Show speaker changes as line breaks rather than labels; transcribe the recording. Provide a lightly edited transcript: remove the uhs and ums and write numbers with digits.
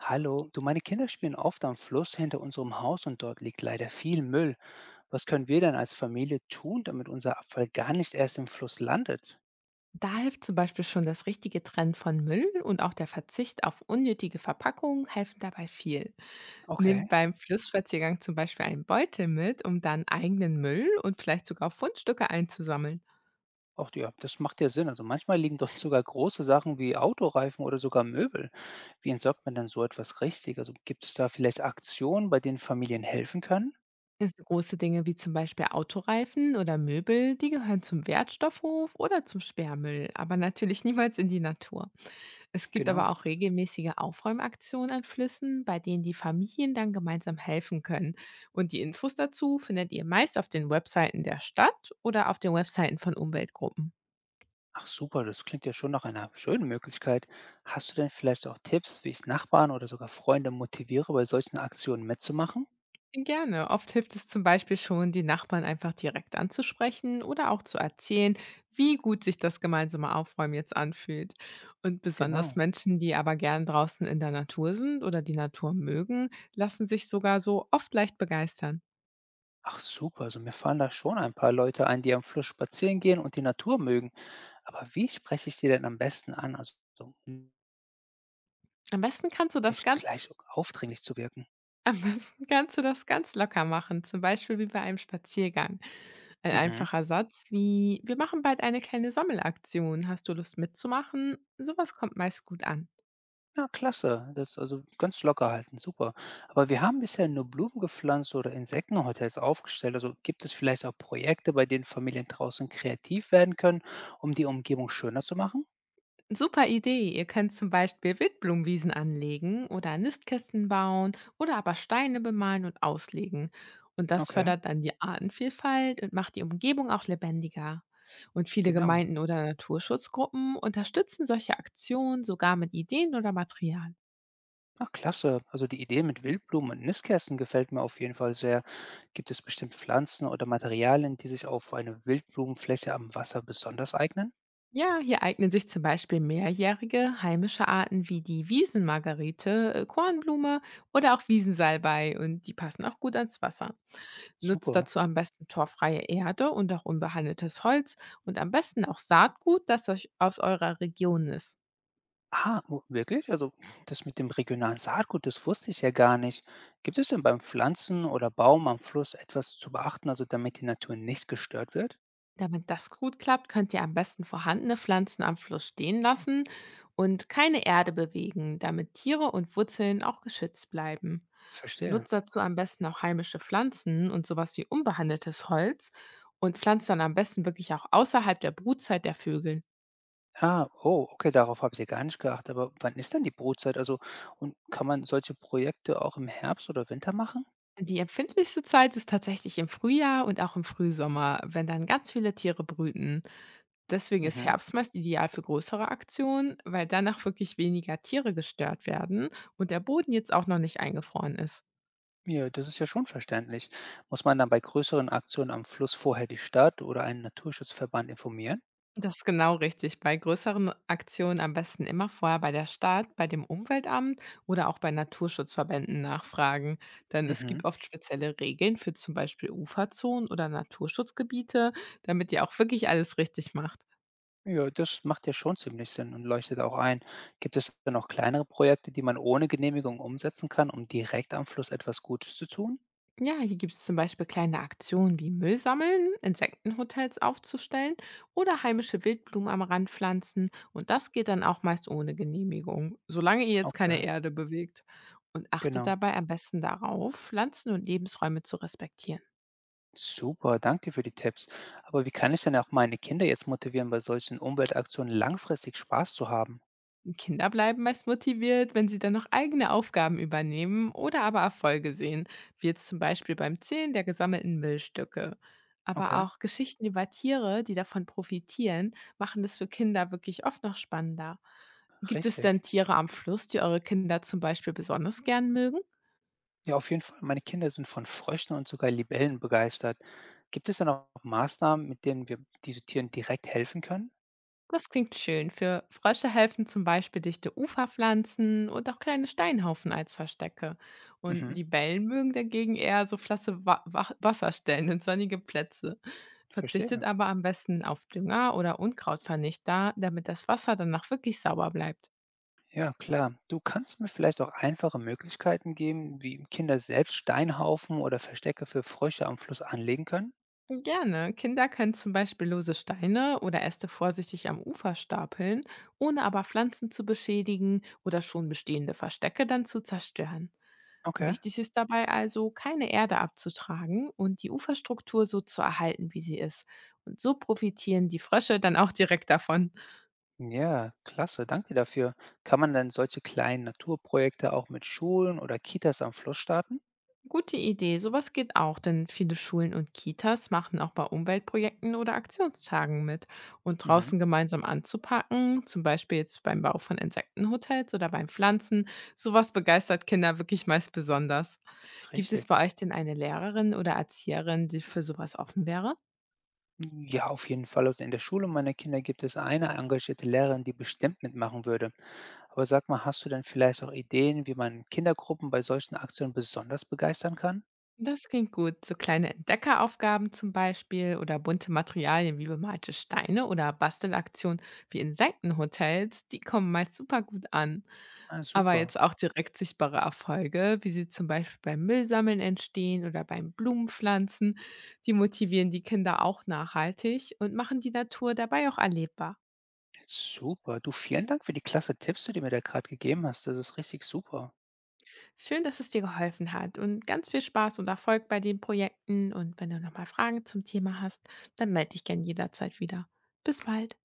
Hallo, du, meine Kinder spielen oft am Fluss hinter unserem Haus und dort liegt leider viel Müll. Was können wir denn als Familie tun, damit unser Abfall gar nicht erst im Fluss landet?
Da hilft zum Beispiel schon das richtige Trennen von Müll und auch der Verzicht auf unnötige Verpackungen helfen dabei viel.
Okay,
Nimmt beim Flussspaziergang zum Beispiel einen Beutel mit, um dann eigenen Müll und vielleicht sogar Fundstücke einzusammeln.
auch ja, das macht ja Sinn. Also manchmal liegen dort sogar große Sachen wie Autoreifen oder sogar Möbel. Wie entsorgt man denn so etwas richtig? Also gibt es da vielleicht Aktionen, bei denen Familien helfen können?
Es Große Dinge wie zum Beispiel Autoreifen oder Möbel, die gehören zum Wertstoffhof oder zum Sperrmüll, aber natürlich niemals in die Natur. Es gibt
Genau.
aber auch regelmäßige Aufräumaktionen an Flüssen, bei denen die Familien dann gemeinsam helfen können. Und die Infos dazu findet ihr meist auf den Webseiten der Stadt oder auf den Webseiten von Umweltgruppen.
Ach super, das klingt ja schon nach einer schönen Möglichkeit. Hast du denn vielleicht auch Tipps, wie ich Nachbarn oder sogar Freunde motiviere, bei solchen Aktionen mitzumachen?
Gerne. Oft hilft es zum Beispiel schon, die Nachbarn einfach direkt anzusprechen oder auch zu erzählen, wie gut sich das gemeinsame Aufräumen jetzt anfühlt. Und besonders
Genau.
Menschen, die aber gern draußen in der Natur sind oder die Natur mögen, lassen sich sogar so oft leicht begeistern.
Ach super, also mir fallen da schon ein paar Leute ein, die am Fluss spazieren gehen und die Natur mögen. Aber wie spreche ich die denn am besten an? Also so
Am besten kannst du das
nicht
ganz
gleich aufdringlich zu wirken.
Am besten kannst du das ganz locker machen, zum Beispiel wie bei einem Spaziergang. Ein
Mhm.
einfacher Satz wie: „Wir machen bald eine kleine Sammelaktion. Hast du Lust mitzumachen?“ Sowas kommt meist gut an.
Ja, klasse. Das ist also ganz locker halten, super. Aber wir haben bisher nur Blumen gepflanzt oder Insektenhotels aufgestellt. Also gibt es vielleicht auch Projekte, bei denen Familien draußen kreativ werden können, um die Umgebung schöner zu machen?
Super Idee. Ihr könnt zum Beispiel Wildblumenwiesen anlegen oder Nistkästen bauen oder aber Steine bemalen und auslegen. Und das
Okay,
fördert dann die Artenvielfalt und macht die Umgebung auch lebendiger. Und viele
genau.
Gemeinden oder Naturschutzgruppen unterstützen solche Aktionen sogar mit Ideen oder Material.
Ach, klasse. Also die Idee mit Wildblumen und Nistkästen gefällt mir auf jeden Fall sehr. Gibt es bestimmt Pflanzen oder Materialien, die sich auf eine Wildblumenfläche am Wasser besonders eignen?
Ja, hier eignen sich zum Beispiel mehrjährige heimische Arten wie die Wiesenmargarite, Kornblume oder auch Wiesensalbei und die passen auch gut ans Wasser. Nutzt
Super.
dazu am besten torfreie Erde und auch unbehandeltes Holz und am besten auch Saatgut, das euch aus eurer Region ist.
Ah, wo- wirklich? Also das mit dem regionalen Saatgut, das wusste ich ja gar nicht. Gibt es denn beim Pflanzen oder Baum am Fluss etwas zu beachten, also damit die Natur nicht gestört wird?
Damit das gut klappt, könnt ihr am besten vorhandene Pflanzen am Fluss stehen lassen und keine Erde bewegen, damit Tiere und Wurzeln auch geschützt bleiben.
Verstehe.
Nutzt dazu am besten auch heimische Pflanzen und sowas wie unbehandeltes Holz und pflanzt dann am besten wirklich auch außerhalb der Brutzeit der Vögel.
Ah, oh, okay, darauf habe ich ja gar nicht geachtet. Aber wann ist denn die Brutzeit? Also, und kann man solche Projekte auch im Herbst oder Winter machen?
Die empfindlichste Zeit ist tatsächlich im Frühjahr und auch im Frühsommer, wenn dann ganz viele Tiere brüten. Deswegen ist
Mhm.
Herbst meist ideal für größere Aktionen, weil danach wirklich weniger Tiere gestört werden und der Boden jetzt auch noch nicht eingefroren ist.
Ja, das ist ja schon verständlich. Muss man dann bei größeren Aktionen am Fluss vorher die Stadt oder einen Naturschutzverband informieren?
Das ist genau richtig. Bei größeren Aktionen am besten immer vorher bei der Stadt, bei dem Umweltamt oder auch bei Naturschutzverbänden nachfragen. Denn es
Mhm.
gibt oft spezielle Regeln für zum Beispiel Uferzonen oder Naturschutzgebiete, damit ihr auch wirklich alles richtig macht.
Ja, das macht ja schon ziemlich Sinn und leuchtet auch ein. Gibt es denn auch kleinere Projekte, die man ohne Genehmigung umsetzen kann, um direkt am Fluss etwas Gutes zu tun?
Ja, hier gibt es zum Beispiel kleine Aktionen wie Müll sammeln, Insektenhotels aufzustellen oder heimische Wildblumen am Rand pflanzen. Und das geht dann auch meist ohne Genehmigung, solange ihr jetzt
Okay,
keine Erde bewegt. Und achtet
genau.
dabei am besten darauf, Pflanzen und Lebensräume zu respektieren.
Super, danke dir für die Tipps. Aber wie kann ich denn auch meine Kinder jetzt motivieren, bei solchen Umweltaktionen langfristig Spaß zu haben?
Kinder bleiben meist motiviert, wenn sie dann noch eigene Aufgaben übernehmen oder aber Erfolge sehen, wie jetzt zum Beispiel beim Zählen der gesammelten Müllstücke. Aber
Okay,
auch Geschichten über Tiere, die davon profitieren, machen es für Kinder wirklich oft noch spannender. Gibt es
richtig.
denn Tiere am Fluss, die eure Kinder zum Beispiel besonders gern mögen?
Ja, auf jeden Fall. Meine Kinder sind von Fröschen und sogar Libellen begeistert. Gibt es dann auch Maßnahmen, mit denen wir diesen Tieren direkt helfen können?
Das klingt schön. Für Frösche helfen zum Beispiel dichte Uferpflanzen und auch kleine Steinhaufen als Verstecke. Und
Mhm,
Libellen mögen dagegen eher so flache Wa Wa Wasserstellen und sonnige Plätze.
ich
Verzichtet
verstehe.
aber am besten auf Dünger oder Unkrautvernichter, damit das Wasser danach wirklich sauber bleibt.
Ja, klar. Du kannst mir vielleicht auch einfache Möglichkeiten geben, wie Kinder selbst Steinhaufen oder Verstecke für Frösche am Fluss anlegen können?
Gerne. Kinder können zum Beispiel lose Steine oder Äste vorsichtig am Ufer stapeln, ohne aber Pflanzen zu beschädigen oder schon bestehende Verstecke dann zu zerstören.
Okay.
Wichtig ist dabei also, keine Erde abzutragen und die Uferstruktur so zu erhalten, wie sie ist. Und so profitieren die Frösche dann auch direkt davon.
Ja, klasse. Danke dir dafür. Kann man dann solche kleinen Naturprojekte auch mit Schulen oder Kitas am Fluss starten?
Gute Idee, sowas geht auch, denn viele Schulen und Kitas machen auch bei Umweltprojekten oder Aktionstagen mit. Und
Mhm,
draußen gemeinsam anzupacken, zum Beispiel jetzt beim Bau von Insektenhotels oder beim Pflanzen, sowas begeistert Kinder wirklich meist besonders. Gibt es
richtig.
bei euch denn eine Lehrerin oder Erzieherin, die für sowas offen wäre?
Ja, auf jeden Fall. Also in der Schule meiner Kinder gibt es eine engagierte Lehrerin, die bestimmt mitmachen würde. Aber sag mal, hast du denn vielleicht auch Ideen, wie man Kindergruppen bei solchen Aktionen besonders begeistern kann?
Das klingt gut. So kleine Entdeckeraufgaben zum Beispiel oder bunte Materialien wie bemalte Steine oder Bastelaktionen wie Insektenhotels, die kommen meist super gut an.
Ah,
Aber
super.
jetzt auch direkt sichtbare Erfolge, wie sie zum Beispiel beim Müllsammeln entstehen oder beim Blumenpflanzen, die motivieren die Kinder auch nachhaltig und machen die Natur dabei auch erlebbar.
Super. Du, vielen Dank für die klasse Tipps, die du mir da gerade gegeben hast. Das ist richtig super.
Schön, dass es dir geholfen hat und ganz viel Spaß und Erfolg bei den Projekten. Und wenn du nochmal Fragen zum Thema hast, dann melde dich gern jederzeit wieder. Bis bald.